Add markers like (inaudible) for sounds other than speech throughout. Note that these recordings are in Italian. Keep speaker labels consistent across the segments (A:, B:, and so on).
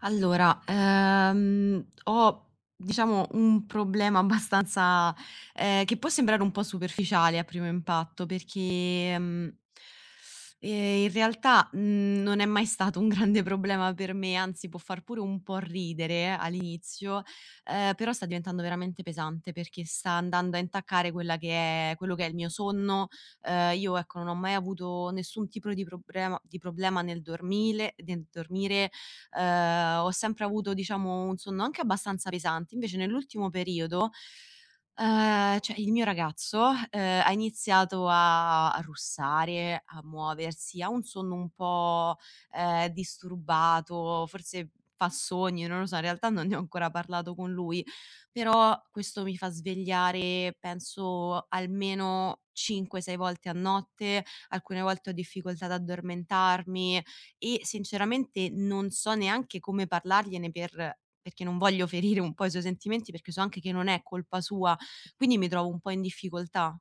A: Allora, ho diciamo un problema (laughs) abbastanza che può sembrare un po' superficiale a primo impatto perché in realtà, mhmm, non è mai stato un (laughs) grande problema per me, anzi può far pure un po' ridere all'inizio, però sta diventando veramente pesante perché sta andando a intaccare quella che è quello che è il mio sonno. Io ecco, non ho mai avuto nessun tipo di problema nel dormile nel dormire, ho sempre avuto diciamo un sonno anche abbastanza pesante, invece nell'ultimo periodo, cioè il mio ragazzo, ha iniziato a russare, a muoversi, ha un sonno un po', disturbato, forse fa sogni, non lo so, in realtà non ne ho ancora parlato con lui, però questo mi fa svegliare penso almeno 5, 6 volte a notte, alcune volte ho difficoltà ad addormentarmi, e sinceramente non so neanche come parlargliene per perché non voglio ferire un po' i suoi sentimenti, perché so anche che non è colpa sua, quindi mi trovo un po' in difficoltà.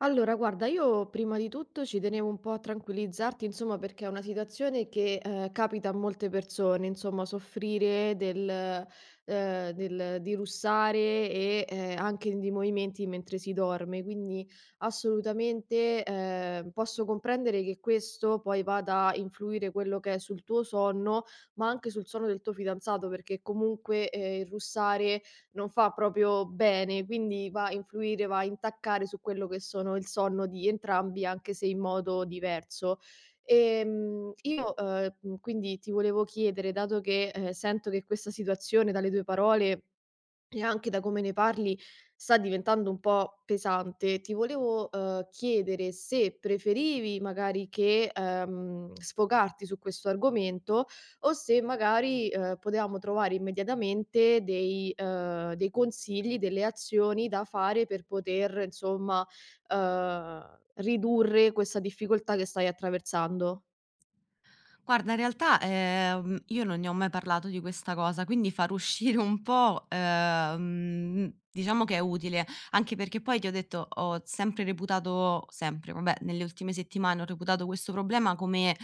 B: Allora, guarda, io prima di tutto ci tenevo un po' a tranquillizzarti, insomma, perché è una situazione che capita a molte persone, insomma, soffrire di russare e anche di movimenti mentre si dorme. Quindi assolutamente posso comprendere che questo poi vada a influire quello che è sul tuo sonno, ma anche sul sonno del tuo fidanzato, perché comunque il russare non fa proprio bene, quindi va a influire, va a intaccare su quello che sono il sonno di entrambi, anche se in modo diverso. Quindi ti volevo chiedere, dato che, sento che questa situazione dalle tue parole e anche da come ne parli sta diventando un po' pesante. Ti volevo chiedere se preferivi magari che, sfogarti su questo argomento o se magari, potevamo trovare immediatamente dei dei consigli, delle azioni da fare per poter insomma, ridurre questa difficoltà che stai attraversando.
A: Guarda, in realtà, io non ne ho mai parlato di questa cosa, quindi far uscire un po', diciamo che è utile, anche perché poi ti ho detto, ho sempre, vabbè, nelle ultime settimane ho reputato questo problema come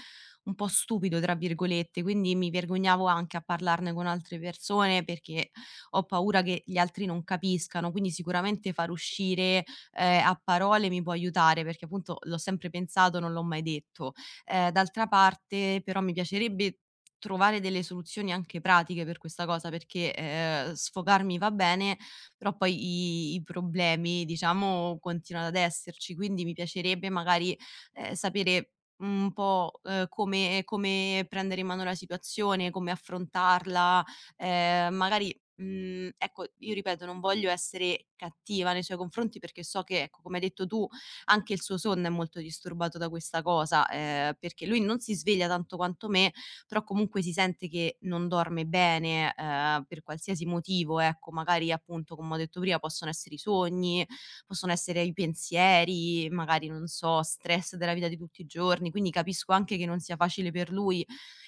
A: un po' "stupido", tra virgolette, quindi mi vergognavo anche a parlarne con altre persone perché ho paura che gli altri non capiscano, quindi sicuramente far uscire, a parole mi può aiutare, perché appunto l'ho sempre pensato, non l'ho mai detto. D'altra parte però mi piacerebbe trovare delle soluzioni anche pratiche per questa cosa, perché, sfogarmi va bene, però poi i problemi diciamo continuano ad esserci, quindi mi piacerebbe magari, sapere un po', come prendere in mano la situazione, come affrontarla, magari, ecco, io ripeto non voglio essere cattiva nei suoi confronti perché so che, ecco, come hai detto tu, anche il suo sonno è molto disturbato da questa cosa, perché lui non si sveglia tanto quanto me, però comunque si sente che non dorme bene, per qualsiasi motivo, ecco, magari appunto, come ho detto prima, possono essere i sogni, possono essere i pensieri, magari non so, stress della vita di tutti i giorni, quindi capisco anche che non sia facile per lui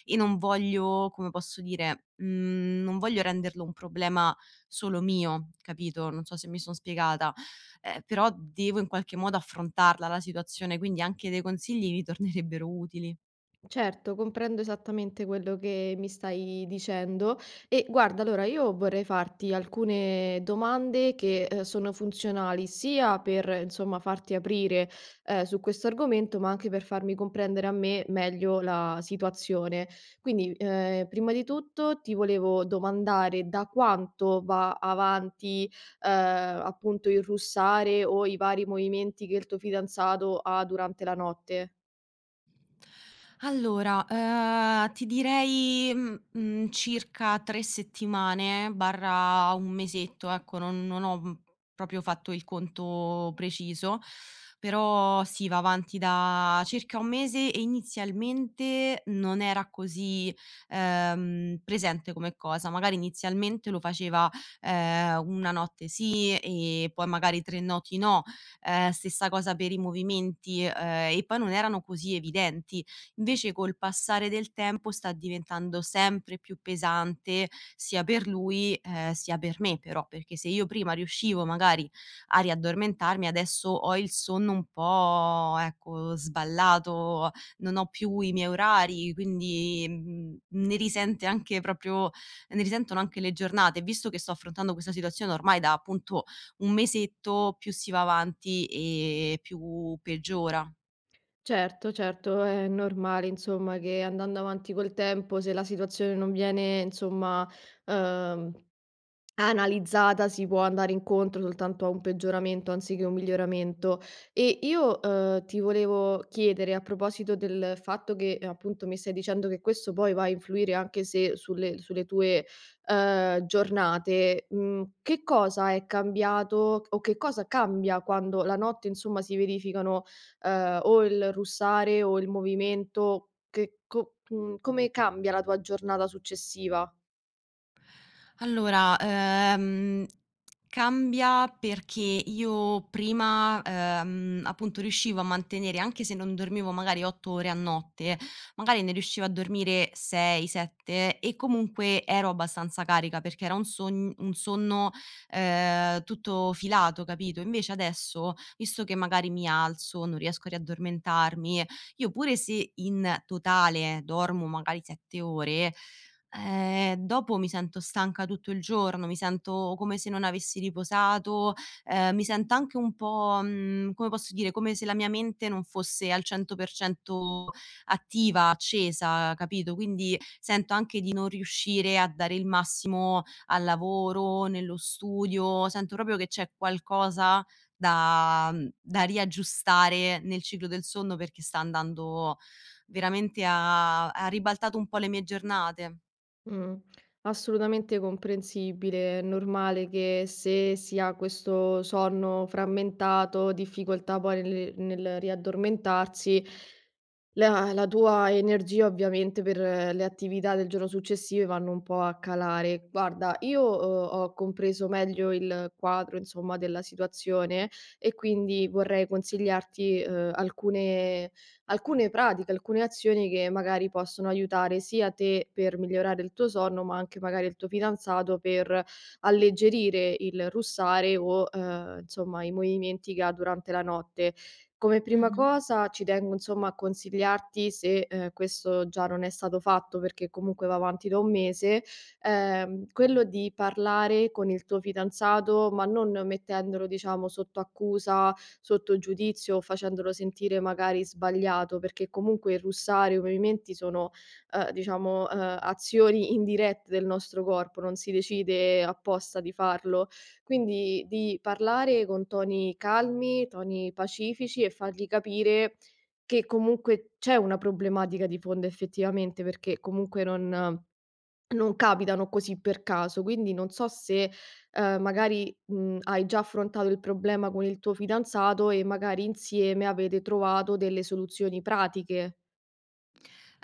A: e non voglio, come posso dire, non voglio renderlo un problema solo mio, capito, non so se mi son spiegata però devo in qualche modo affrontarla la situazione, quindi anche dei consigli mi tornerebbero utili.
B: Certo, comprendo esattamente quello che mi stai dicendo e guarda, allora io vorrei farti alcune domande che sono funzionali sia per insomma farti aprire su questo argomento, ma anche per farmi comprendere a me meglio la situazione. Quindi, prima di tutto ti volevo domandare da quanto va avanti appunto il russare o i vari movimenti che il tuo fidanzato ha durante la notte.
A: Allora, ti direi, circa 3 settimane barra 1 mesetto, ecco, non ho, proprio fatto il conto preciso, però sì, va avanti da circa 1 mese e inizialmente non era così, presente come cosa. Magari inizialmente lo faceva, 1 notte sì e poi magari 3 notti noti no stessa cosa per i movimenti, e poi non erano così evidenti. Invece col passare del tempo sta diventando sempre più pesante sia per lui, sia per me però, perché se io prima riuscivo magari a riaddormentarmi, adesso ho il sonno un po', ecco, sballato, non ho più i miei orari, quindi, ne risente anche proprio ne risentono anche le giornate. Visto che sto affrontando questa situazione ormai da appunto un mesetto più si va avanti e più peggiora.
B: Certo, certo, è normale insomma che andando avanti col tempo, se la situazione non viene insomma, uhm analizzata, si può andare incontro soltanto a un peggioramento anziché un miglioramento. E io, ti volevo chiedere a proposito del fatto che, appunto mi stai dicendo che questo poi va a influire anche se sulle tue, giornate, che cosa è cambiato o che cosa cambia quando la notte insomma si verificano, o il russare o il movimento come cambia la tua giornata successiva?
A: Allora, cambia perché io prima, appunto riuscivo a mantenere anche se non dormivo magari 8 ore a notte, magari ne riuscivo a dormire 6, 7 e comunque ero abbastanza carica perché era un sogn un sonno, tutto filato, capito? Invece adesso, visto che magari mi alzo, non riesco a riaddormentarmi, io pure se in totale dormo magari 7 ore. Dopo mi sento stanca tutto il giorno, mi sento come se non avessi riposato, mi sento anche un po', come posso dire, come se la mia mente non fosse al 100% attiva, accesa, capito? Quindi sento anche di non riuscire a dare il massimo al lavoro, nello studio, sento proprio che c'è qualcosa da da riaggiustare nel ciclo del sonno perché sta andando veramente a ha ribaltato un po' le mie giornate.
B: Mh, assolutamente comprensibile. È normale che se si ha questo sonno frammentato, difficoltà poi nel riaddormentarsi la tua energia ovviamente per le attività del giorno successive vanno un po' a calare. Guarda, io, ho compreso meglio il quadro, insomma, della situazione e quindi vorrei consigliarti, alcune pratiche, alcune azioni che magari possono aiutare sia te per migliorare il tuo sonno, ma anche magari il tuo fidanzato per alleggerire il russare o, insomma i movimenti che ha durante la notte. Come prima
A: Mh-mh.
B: cosa ci tengo insomma a consigliarti se, questo già non è stato fatto perché comunque va avanti da un mese, quello di parlare con il tuo fidanzato, ma non mettendolo diciamo sotto accusa, sotto giudizio o facendolo sentire magari sbagliato, perché comunque il russare o i movimenti sono, diciamo, azioni indirette del nostro corpo, non si decide apposta di farlo. Quindi di parlare con toni calmi, toni pacifici e fargli capire che comunque c'è una problematica di fondo effettivamente, perché comunque non capitano così per caso. Quindi non so se, magari, hai già affrontato il problema con il tuo fidanzato e magari insieme avete trovato delle soluzioni pratiche.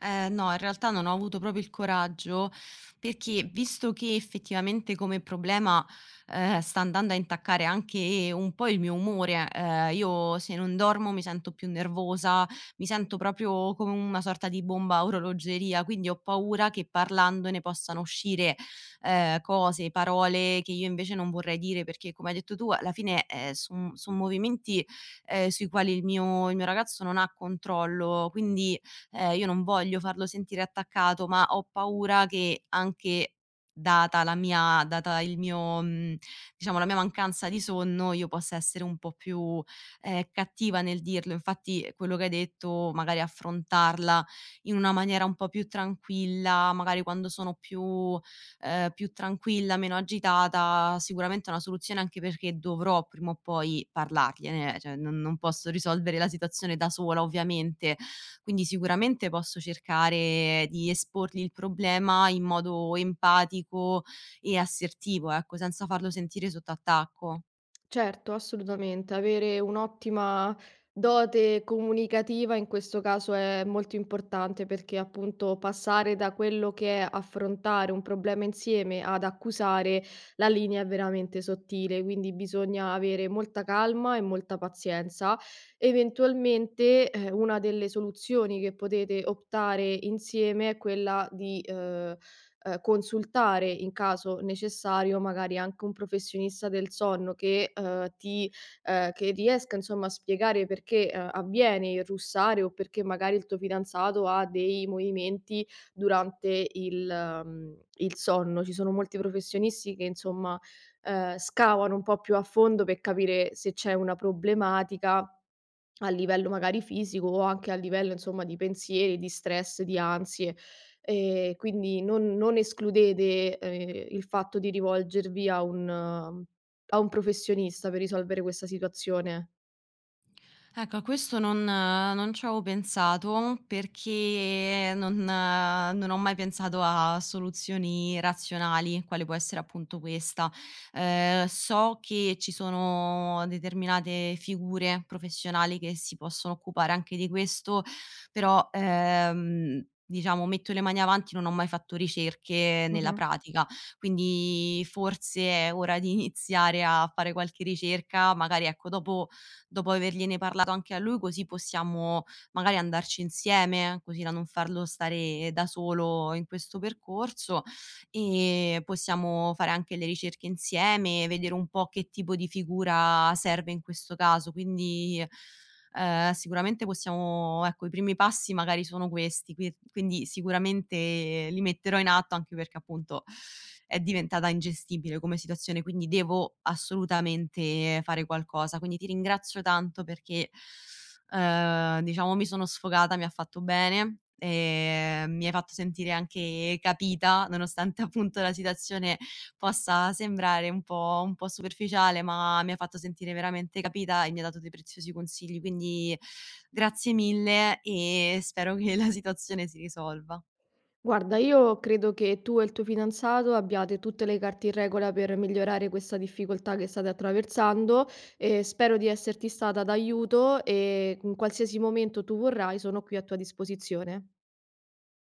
A: No, in realtà non ho avuto proprio il coraggio, perché visto che effettivamente come problema, sta andando a intaccare anche un po' il mio umore, io se non dormo mi sento più nervosa, mi sento proprio come una sorta di bomba a orologeria, quindi ho paura che parlandone possano uscire, cose, parole che io invece non vorrei dire, perché come hai detto tu alla fine, son movimenti, sui quali il mio ragazzo non ha controllo, quindi io non voglio farlo sentire attaccato, ma ho paura che anche data la mia data il mio diciamo la mia mancanza di sonno, io possa essere un po' più, cattiva nel dirlo. Infatti quello che hai detto, magari affrontarla in una maniera un po' più tranquilla, magari quando sono più più tranquilla, meno agitata, sicuramente è una soluzione anche perché dovrò prima o poi parlargliene, cioè non posso risolvere la situazione da sola ovviamente, quindi sicuramente posso cercare di esporgli il problema in modo empatico e assertivo, ecco, senza farlo sentire sotto attacco.
B: Certo, assolutamente. Avere un'ottima dote comunicativa in questo caso è molto importante perché appunto passare da quello che è affrontare un problema insieme ad accusare la linea è veramente sottile, quindi bisogna avere molta calma e molta pazienza. Eventualmente una delle soluzioni che potete optare insieme è quella di consultare in caso necessario magari anche un professionista del sonno che riesca insomma a spiegare perché, avviene il russare o perché magari il tuo fidanzato ha dei movimenti durante il sonno. Ci sono molti professionisti che insomma, scavano un po' più a fondo per capire se c'è una problematica a livello magari fisico o anche a livello insomma di pensieri, di stress, di ansie. Quindi non escludete, il fatto di rivolgervi a un professionista per risolvere questa situazione.
A: Ecco, a questo non ci avevo pensato perché non ho mai pensato a soluzioni razionali, quale può essere appunto questa. So che ci sono determinate figure professionali che si possono occupare anche di questo, però, diciamo metto le mani avanti, non ho mai fatto ricerche nella
B: Mh-mh.
A: pratica, quindi forse è ora di (laughs) iniziare a fare qualche ricerca, magari ecco dopo avergliene parlato anche a lui, così possiamo magari andarci insieme, così da non farlo stare da solo in questo percorso e possiamo fare anche le ricerche insieme, vedere un po' che tipo di figura serve in questo caso. Sicuramente possiamo ecco, i primi passi magari sono questi, qui quindi sicuramente li metterò in atto, anche perché appunto è diventata ingestibile come situazione, quindi devo assolutamente fare qualcosa. Quindi ti ringrazio tanto perché, diciamo mi sono sfogata, mi ha fatto bene, mi hai fatto sentire anche capita, nonostante appunto la situazione possa sembrare un po' superficiale, ma mi ha fatto sentire veramente capita e mi ha dato dei preziosi consigli. Quindi grazie mille e spero che la situazione si risolva.
B: Guarda, io credo che tu e il tuo fidanzato abbiate tutte le carte in regola per migliorare questa difficoltà che state attraversando e spero di esserti stata d'aiuto e in qualsiasi momento tu vorrai sono qui a tua disposizione.